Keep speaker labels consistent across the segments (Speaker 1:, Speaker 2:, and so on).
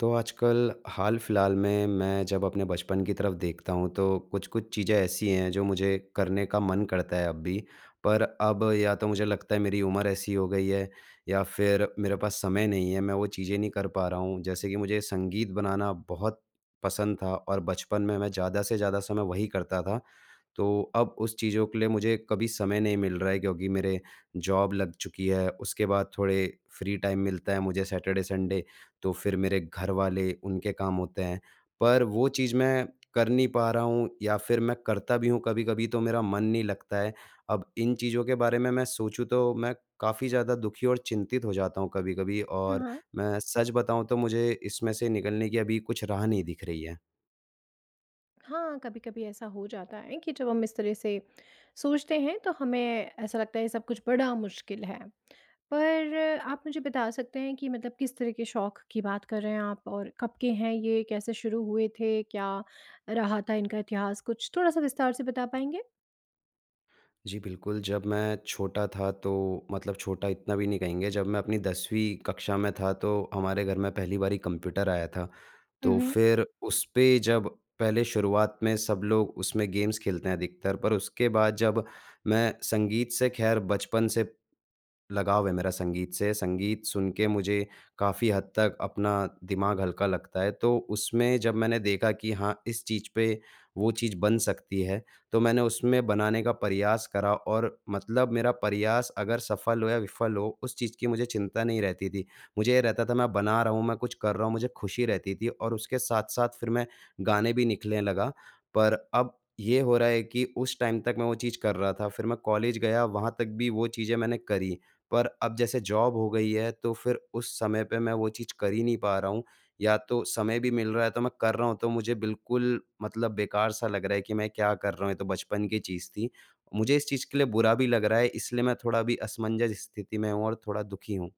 Speaker 1: तो आजकल हाल फिलहाल में मैं जब अपने बचपन की तरफ देखता हूँ तो कुछ-कुछ चीज़ें ऐसी हैं जो मुझे करने का मन करता है अब भी। पर अब या तो मुझे लगता है मेरी उम्र ऐसी हो गई है, या फिर मेरे पास समय नहीं है, मैं वो चीज़ें नहीं कर पा रहा हूँ। जैसे कि मुझे संगीत बनाना बहुत पसंद था और बचपन में मैं ज़्यादा से ज़्यादा समय वही करता था। तो अब उस चीज़ों के लिए मुझे कभी समय नहीं मिल रहा है, क्योंकि मेरे जॉब लग चुकी है, उसके बाद थोड़े फ्री टाइम मिलता है मुझे सैटरडे, संडे। तो फिर मेरे घर वाले उनके काम होते हैं। पर वो चीज़ मैं कर नहीं पा रहा हूँ, या फिर मैं करता भी हूँ कभी-कभी तो मेरा मन नहीं लगता है। अब इन चीज़ों के बारे में मैं सोचूँ तो मैं काफ़ी ज़्यादा दुखी और चिंतित हो जाता हूँ कभी-कभी। और
Speaker 2: हाँ,
Speaker 1: मैं सच बताऊँ तो मुझे इसमें से निकलने की अभी कुछ राह नहीं दिख रही है।
Speaker 2: हाँ, कभी-कभी ऐसा हो जाता है कि जब हम इस तरह से सोचते हैं तो हमें ऐसा लगता है सब कुछ बड़ा मुश्किल है। पर आप मुझे बता सकते हैं कि मतलब किस तरह के शौक की बात कर रहे हैं आप और कब के हैं ये? कैसे शुरू हुए थे? क्या रहा था इनका इतिहास? कुछ थोड़ा-सा विस्तार से बता पाएँगे?
Speaker 1: जी, बिल्कुल, जब मैं छोटा था तो मतलब छोटा इतना भी नहीं कहेंगे, जब मैं अपनी 10वीं कक्षा में था तो हमारे घर में पहली बारी कंप्यूटर आया था।
Speaker 2: हुँ,
Speaker 1: तो
Speaker 2: हुँ।
Speaker 1: फिर उस पे जब पहले शुरुआत में सब लोग उसमें गेम्स खेलते हैं अधिकतर, पर उसके बाद जब मैं संगीत से, ख़ैर बचपन से लगाव है मेरा संगीत से। संगीत सुन के मुझे काफ़ी हद तक अपना दिमाग हल्का लगता है। तो उसमें जब मैंने देखा कि हाँ, इस चीज़ पे वो चीज़ बन सकती है, तो मैंने उसमें बनाने का प्रयास करा। और मतलब मेरा प्रयास अगर सफल हो या विफल हो, उस चीज़ की मुझे चिंता नहीं रहती थी। मुझे ये रहता था, मैं बना रहा हूँ, मैं कुछ कर रहा हूँ, मुझे खुशी रहती थी। और उसके साथ-साथ फिर मैं गाने भी निकलने लगा। पर अब ये हो रहा है कि उस टाइम तक मैं वो चीज़ कर रहा था, फिर मैं कॉलेज गया, वहाँ तक भी वो चीज़ें मैंने करी। पर अब जैसे जॉब हो गई है तो फिर उस समय पे मैं वो चीज़ कर ही नहीं पा रहा हूँ। या तो समय भी मिल रहा है तो मैं कर रहा हूँ, तो मुझे बिल्कुल मतलब बेकार-सा लग रहा है कि मैं क्या कर रहा हूँ, ये तो बचपन की चीज़ थी। मुझे इस चीज़ के लिए बुरा भी लग रहा है, इसलिए मैं थोड़ा अभी असमंजस स्थिति में हूँ और थोड़ा दुखी हूँ।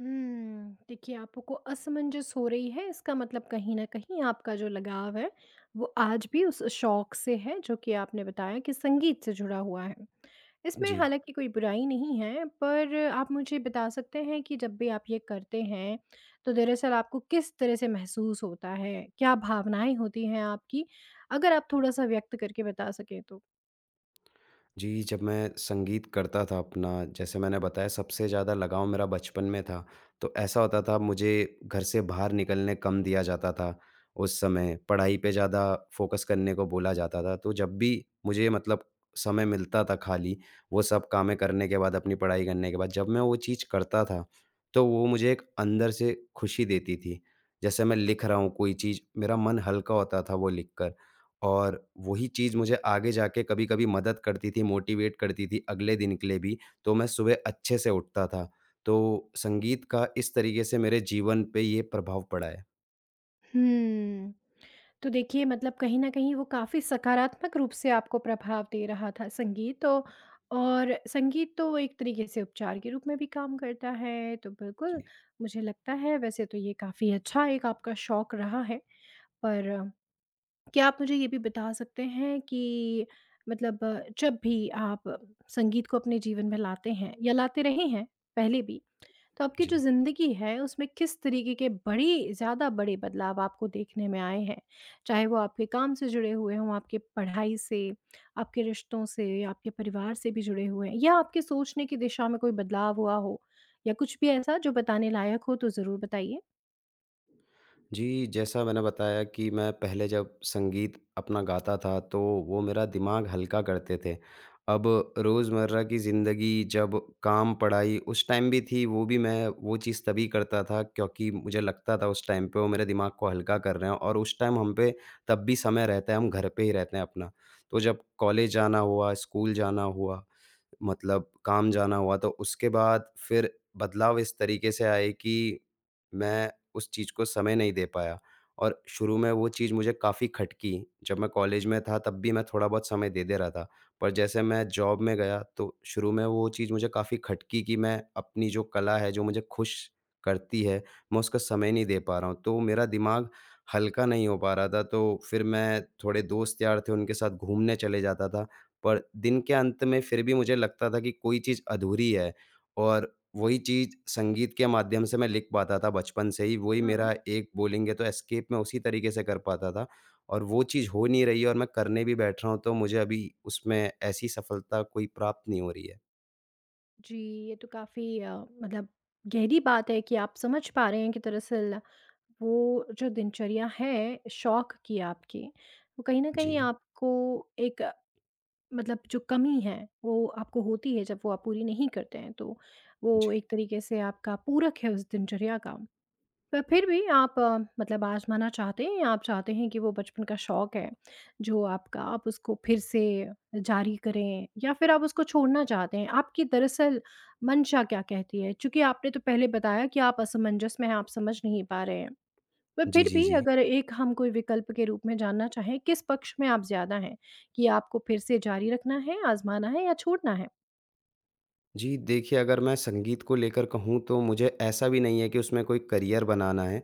Speaker 2: देखिए, आपको असमंजस हो रही है, इसका मतलब कहीं न कहीं आपका जो लगाव है वो आज भी उस शौक से है, जो कि आपने बताया कि संगीत से जुड़ा हुआ है। इसमें
Speaker 1: जी।
Speaker 2: हालाँकि कोई बुराई नहीं है, पर आप मुझे बता सकते हैं कि जब भी आप ये करते हैं, तो दरअसल आपको किस तरह से महसूस होता है? क्या भावनाएँ होती हैं आपकी? अगर आप थोड़ा-सा व्यक्त करके बता सकें तो।
Speaker 1: जी, जब मैं संगीत करता था अपना, जैसे मैंने बताया, सबसे ज़्यादा लगाव मेरा बचपन में था। तो ऐसा होता था, मुझे घर से बाहर निकलने कम दिया जाता था उस समय, पढ़ाई पे ज़्यादा फ़ोकस करने को बोला जाता था। तो जब भी मुझे मतलब समय मिलता था खाली, वो सब कामें करने के बाद, अपनी पढ़ाई करने के बाद, जब मैं वो चीज़ करता था, तो वो मुझे एक अंदर से खुशी देती थी। जैसे मैं लिख रहा हूँ कोई चीज़, मेरा मन हल्का होता था वो लिखकर। और वही चीज़ मुझे आगे जाके कभी-कभी मदद करती थी, मोटिवेट करती थी अगले दिन के लिए भी, तो मैं सुबह अच्छे से उठता था। तो संगीत का इस तरीके से मेरे जीवन पे ये प्रभाव पड़ा है।
Speaker 2: हुँ। तो देखिए, मतलब कहीं न कहीं वो काफ़ी सकारात्मक रूप से आपको प्रभाव दे रहा था संगीत तो, और संगीत तो एक तरीके से उपचार के रूप में भी काम करता है, तो बिल्कुल
Speaker 1: जी,
Speaker 2: मुझे लगता है वैसे तो ये काफ़ी अच्छा एक आपका शौक रहा है। पर क्या आप मुझे ये भी बता सकते हैं कि मतलब जब भी आप संगीत को अपने जीवन में लाते हैं या लाते रहे हैं पहले भी, तो आपकी जो
Speaker 1: जी।
Speaker 2: ज़िंदगी है उसमें किस तरीके के बड़े ज़्यादा बड़े बदलाव आपको देखने में आए हैं? चाहे वो आपके काम से जुड़े हुए हों, आपके पढ़ाई से, आपके रिश्तों से, आपके परिवार से भी जुड़े हुए हैं, या आपके सोचने की दिशा में कोई बदलाव हुआ हो या कुछ भी ऐसा जो बताने लायक हो, तो ज़रूर बताइए।
Speaker 1: जी, जैसा मैंने बताया कि मैं पहले जब संगीत अपना गाता था, तो वो मेरा दिमाग हल्का करते थे। अब रोज़मर्रा की ज़िंदगी जब, काम, पढ़ाई उस टाइम भी थी, वो भी मैं वो चीज़ तभी करता था, क्योंकि मुझे लगता था उस टाइम पे वो मेरे दिमाग को हल्का कर रहे हैं। और उस टाइम हम पे तब भी समय रहता है, हम घर पे ही रहते हैं अपना। तो जब कॉलेज जाना हुआ, स्कूल जाना हुआ, मतलब काम जाना हुआ, तो उसके बाद फिर बदलाव इस तरीके से आए कि मैं उस चीज़ को समय नहीं दे पाया, और शुरू में वो चीज़ मुझे काफ़ी खटकी। जब मैं कॉलेज में था तब भी मैं थोड़ा बहुत समय दे दे रहा था। पर जैसे मैं जॉब में गया तो शुरू में वो चीज़ मुझे काफ़ी खटकी कि मैं अपनी जो कला है, जो मुझे खुश करती है, मैं उसका समय नहीं दे पा रहा हूँ। तो मेरा दिमाग हल्का नहीं हो पा रहा था, तो फिर मैं थोड़े दोस्त यार थे, उनके साथ घूमने चले जाता था। पर दिन के अंत में फिर भी मुझे लगता था कि कोई चीज़ अधूरी है, और वही चीज़ संगीत के माध्यम से मैं लिख पाता था बचपन से ही। वही मेरा एक बोलेंगे तो एस्केप, मैं उसी तरीके से कर पाता था। और वो चीज़ हो नहीं रही है, और मैं करने भी बैठ रहा हूँ तो मुझे अभी उसमें ऐसी सफलता कोई प्राप्त नहीं हो रही है।
Speaker 2: जी, ये तो काफ़ी मतलब गहरी बात है कि आप समझ पा रहे हैं कि दरअसल वो जो दिनचर्या है शौक की आपकी, वो कहीं न कहीं
Speaker 1: जी,
Speaker 2: आपको एक मतलब जो कमी है, वो आपको होती है जब वो आप पूरी नहीं करते हैं, तो वो
Speaker 1: जी।
Speaker 2: एक तरीके से आपका पूरक है उस दिनचर्या का। पर फिर भी आप मतलब आज़माना चाहते हैं, आप चाहते हैं कि वो बचपन का शौक है, जो आपका, आप उसको फिर से जारी करें, या फिर आप उसको छोड़ना चाहते हैं? आपकी दरअसल मंशा क्या कहती है? चूँकि आपने तो पहले बताया कि आप असमंजस में हैं, आप समझ नहीं पा रहे हैं। पर
Speaker 1: जी,
Speaker 2: फिर
Speaker 1: जी,
Speaker 2: भी
Speaker 1: जी।
Speaker 2: अगर एक हम कोई विकल्प के रूप में जानना चाहें, किस पक्ष में आप ज़्यादा हैं? कि आपको फिर से जारी रखना है, आज़माना है या छोड़ना है?
Speaker 1: जी, देखिए, अगर मैं संगीत को लेकर कहूँ तो मुझे ऐसा भी नहीं है कि उसमें कोई करियर बनाना है,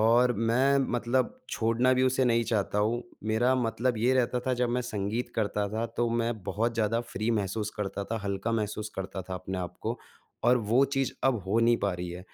Speaker 1: और मैं मतलब छोड़ना भी उसे नहीं चाहता हूँ। मेरा मतलब ये रहता था, जब मैं संगीत करता था तो मैं बहुत ज़्यादा फ्री महसूस करता था, हल्का महसूस करता था अपने आप को, और वो चीज़ अब हो नहीं पा रही है।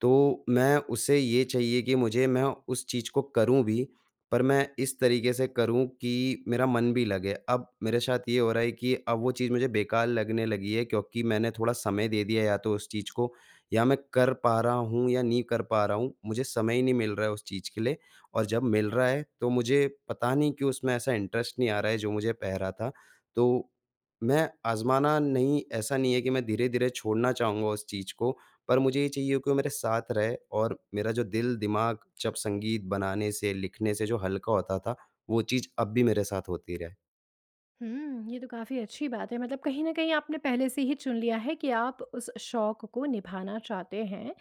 Speaker 1: तो मैं उसे ये चाहिए कि मुझे मैं उस चीज़ को करूँ भी, पर मैं इस तरीके से करूँ कि मेरा मन भी लगे। अब मेरे साथ ये हो रहा है कि अब वो चीज़ मुझे बेकार लगने लगी है, क्योंकि मैंने थोड़ा समय दे दिया या तो उस चीज़ को, या मैं कर पा रहा हूँ, या नहीं कर पा रहा हूँ, मुझे समय ही नहीं मिल रहा है उस चीज़ के लिए। और जब मिल रहा है तो मुझे पता नहीं क्यों उसमें ऐसा इंटरेस्ट नहीं आ रहा है जो मुझे पह रहा था। तो मैं आज़माना नहीं, ऐसा नहीं है कि मैं धीरे-धीरे छोड़ना चाहूँगा उस चीज़ को, पर मुझे ये चाहिए कि वो मेरे साथ रहे, और मेरा जो दिल दिमाग जब संगीत बनाने से, लिखने से जो हल्का होता था, वो चीज़ अब भी मेरे साथ होती रहे।
Speaker 2: ये तो काफ़ी अच्छी बात है। मतलब कहीं न कहीं आपने पहले से ही चुन लिया है कि आप उस शौक को निभाना चाहते हैं,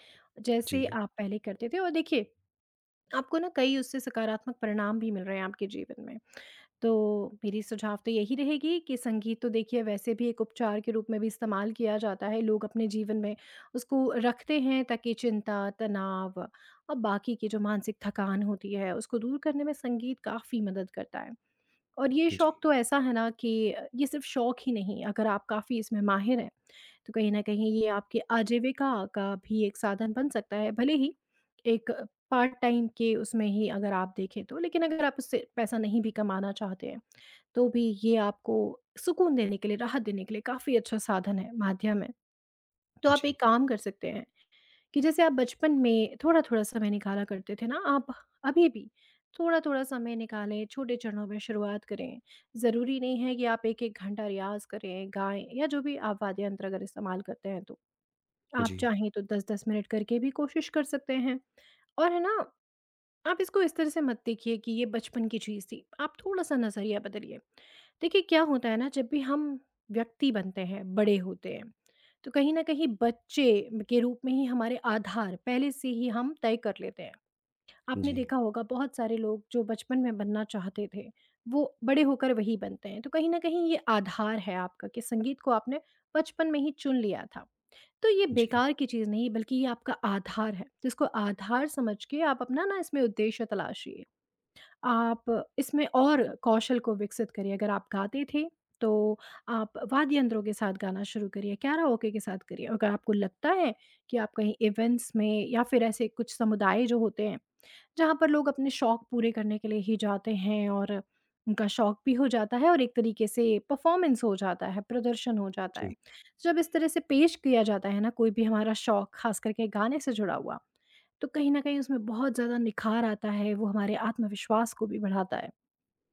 Speaker 1: जी,
Speaker 2: जैसे आप पहले करते थे। और देखिए, आपको ना कई उससे सकारात्मक परिणाम भी मिल रहे हैं आपके जीवन में। तो मेरी सुझाव तो यही रहेगी कि संगीत तो देखिए वैसे भी एक उपचार के रूप में भी इस्तेमाल किया जाता है। लोग अपने जीवन में उसको रखते हैं, ताकि चिंता, तनाव और बाकी की जो मानसिक थकान होती है, उसको दूर करने में संगीत काफ़ी मदद करता है। और ये
Speaker 1: जी,
Speaker 2: शौक तो ऐसा है ना कि ये सिर्फ शौक ही नहीं, अगर आप काफ़ी इसमें माहिर हैं, तो कहीं न कहीं ये आपकी आजीविका का भी एक साधन बन सकता है, भले ही एक पार्ट टाइम के उसमें ही अगर आप देखें तो। लेकिन अगर आप उससे पैसा नहीं भी कमाना चाहते हैं, तो भी ये आपको सुकून देने के लिए, राहत देने के लिए काफ़ी अच्छा साधन है, माध्यम है। तो आप
Speaker 1: जी,
Speaker 2: एक काम कर सकते हैं कि जैसे आप बचपन में थोड़ा-थोड़ा समय निकाला करते थे ना, आप अभी भी थोड़ा-थोड़ा समय निकालें, छोटे चरणों में शुरुआत करें। ज़रूरी नहीं है कि आप 1-1 घंटा रियाज़ करें, गाएँ या जो भी आप वाद्य यंत्र अगर इस्तेमाल करते हैं तो। आप
Speaker 1: जी,
Speaker 2: चाहें तो 10-10 मिनट करके भी कोशिश कर सकते हैं। और है ना, आप इसको इस तरह से मत देखिए कि ये बचपन की चीज़ थी। आप थोड़ा सा नज़रिया बदलिए। देखिए क्या होता है ना, जब भी हम व्यक्ति बनते हैं, बड़े होते हैं, तो कहीं ना कहीं बच्चे के रूप में ही हमारे आधार पहले से ही हम तय कर लेते हैं। आपने
Speaker 1: जी,
Speaker 2: देखा होगा, बहुत सारे लोग जो बचपन में बनना चाहते थे, वो बड़े होकर वही बनते हैं। तो कहीं ना कहीं ये आधार है आपका कि संगीत को आपने बचपन में ही चुन लिया था। तो ये
Speaker 1: जी,
Speaker 2: बेकार की चीज़ नहीं है, बल्कि ये आपका आधार है। जिसको आधार समझ के आप अपना ना इसमें उद्देश्य तलाशिए। आप इसमें और कौशल को विकसित करिए। अगर आप गाते थे, तो आप वाद्य यंत्रों के साथ गाना शुरू करिए, कैराओके के साथ करिए। अगर आपको लगता है कि आप कहीं इवेंट्स में या फिर ऐसे कुछ समुदाय जो होते हैं, जहाँ पर लोग अपने शौक पूरे करने के लिए ही जाते हैं और उनका शौक भी हो जाता है और एक तरीके से परफॉर्मेंस हो जाता है, प्रदर्शन हो जाता है।
Speaker 1: जी,
Speaker 2: तो जब इस तरह से पेश किया जाता है ना, कोई भी हमारा शौक ख़ास करके गाने से जुड़ा हुआ, तो कहीं न कहीं उसमें बहुत ज़्यादा निखार आता है, वो हमारे आत्मविश्वास को भी बढ़ाता है।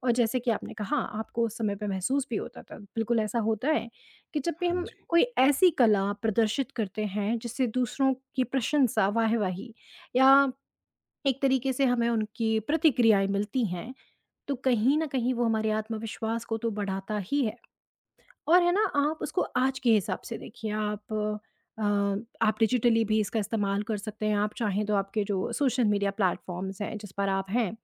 Speaker 2: और जैसे कि आपने कहा आपको उस समय पे महसूस भी होता था, बिल्कुल ऐसा होता है कि जब भी
Speaker 1: हाँ
Speaker 2: हम
Speaker 1: जी,
Speaker 2: कोई ऐसी कला प्रदर्शित करते हैं, जिससे दूसरों की प्रशंसा, वाह-वाही या एक तरीके से हमें उनकी प्रतिक्रियाएँ मिलती हैं, तो कहीं न कहीं वो हमारे आत्मविश्वास को तो बढ़ाता ही है। और है ना, आप उसको आज के हिसाब से देखिए। अ, आप डिजिटली भी इसका इस्तेमाल कर सकते हैं। आप चाहें तो आपके जो सोशल मीडिया प्लेटफ़ॉर्म्स हैं, जिस पर आप हैं,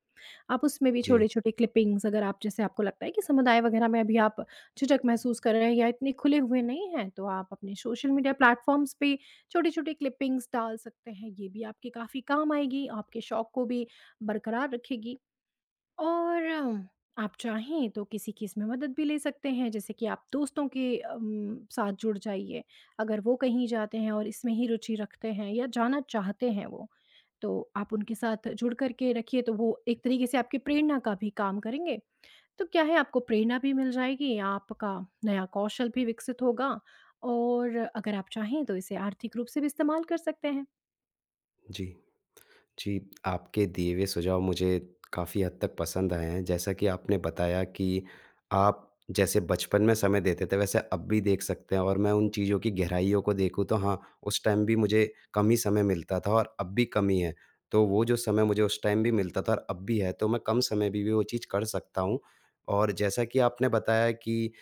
Speaker 2: आप उसमें भी
Speaker 1: जी,
Speaker 2: छोटे-छोटे क्लिपिंग्स, अगर आप, जैसे आपको लगता है कि समुदाय वगैरह में अभी आप झिझक महसूस कर रहे हैं या इतने खुले हुए नहीं हैं, तो आप अपने सोशल मीडिया प्लेटफ़ॉर्म्स पे छोटे-छोटे क्लिपिंग्स डाल सकते हैं। ये भी आपके काफ़ी काम आएगी, आपके शौक को भी बरकरार रखेगी। और आप चाहें तो किसी की इसमें मदद भी ले सकते हैं, जैसे कि आप दोस्तों के साथ जुड़ जाइए। अगर वो कहीं जाते हैं और इसमें ही रुचि रखते हैं या जाना चाहते हैं वो। तो आप उनके साथ जुड़ कर के रखिए, तो वो एक तरीके से आपकी प्रेरणा का भी काम करेंगे। तो क्या है, आपको प्रेरणा भी मिल जाएगी, आपका नया कौशल भी विकसित होगा और अगर आप चाहें तो इसे आर्थिक रूप से भी इस्तेमाल कर सकते हैं।
Speaker 1: जी। जी, आपके दिए हुए सुझाव मुझे काफ़ी हद तक पसंद आए हैं। जैसा कि आपने बताया कि आप जैसे बचपन में समय देते थे, वैसे अब भी देख सकते हैं, और मैं उन चीज़ों की गहराइयों को देखूँ तो हाँ, उस टाइम भी मुझे कम ही समय मिलता था, और अब भी कम ही है। तो वो जो समय मुझे उस टाइम भी मिलता था और अब भी है, तो मैं कम समय में भी वो चीज़ कर सकता हूँ। और जैसा कि आपने बताया कि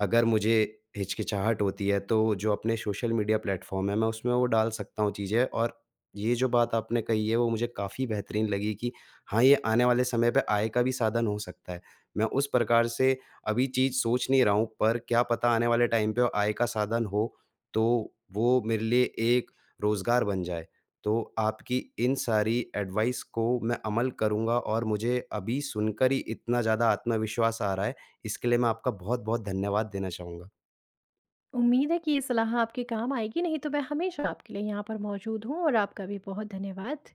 Speaker 1: अगर मुझे हिचकिचाहट होती है, तो जो अपने सोशल मीडिया प्लेटफ़ॉर्म है, मैं उसमें वो डाल सकता हूँ चीज़ें। और ये जो बात आपने कही है, वो मुझे काफ़ी बेहतरीन लगी कि हाँ, ये आने वाले समय पे आय का भी साधन हो सकता है। मैं उस प्रकार से अभी चीज़ सोच नहीं रहा हूँ, पर क्या पता आने वाले टाइम पे आय का साधन हो, तो वो मेरे लिए एक रोज़गार बन जाए। तो आपकी इन सारी एडवाइस को मैं अमल करूँगा, और मुझे अभी सुनकर ही इतना ज़्यादा आत्मविश्वास आ रहा है, इसके लिए मैं आपका बहुत-बहुत धन्यवाद देना चाहूँगा।
Speaker 2: उम्मीद है कि ये सलाह आपके काम आएगी, नहीं तो मैं हमेशा आपके लिए यहाँ पर मौजूद हूँ, और आपका भी बहुत धन्यवाद।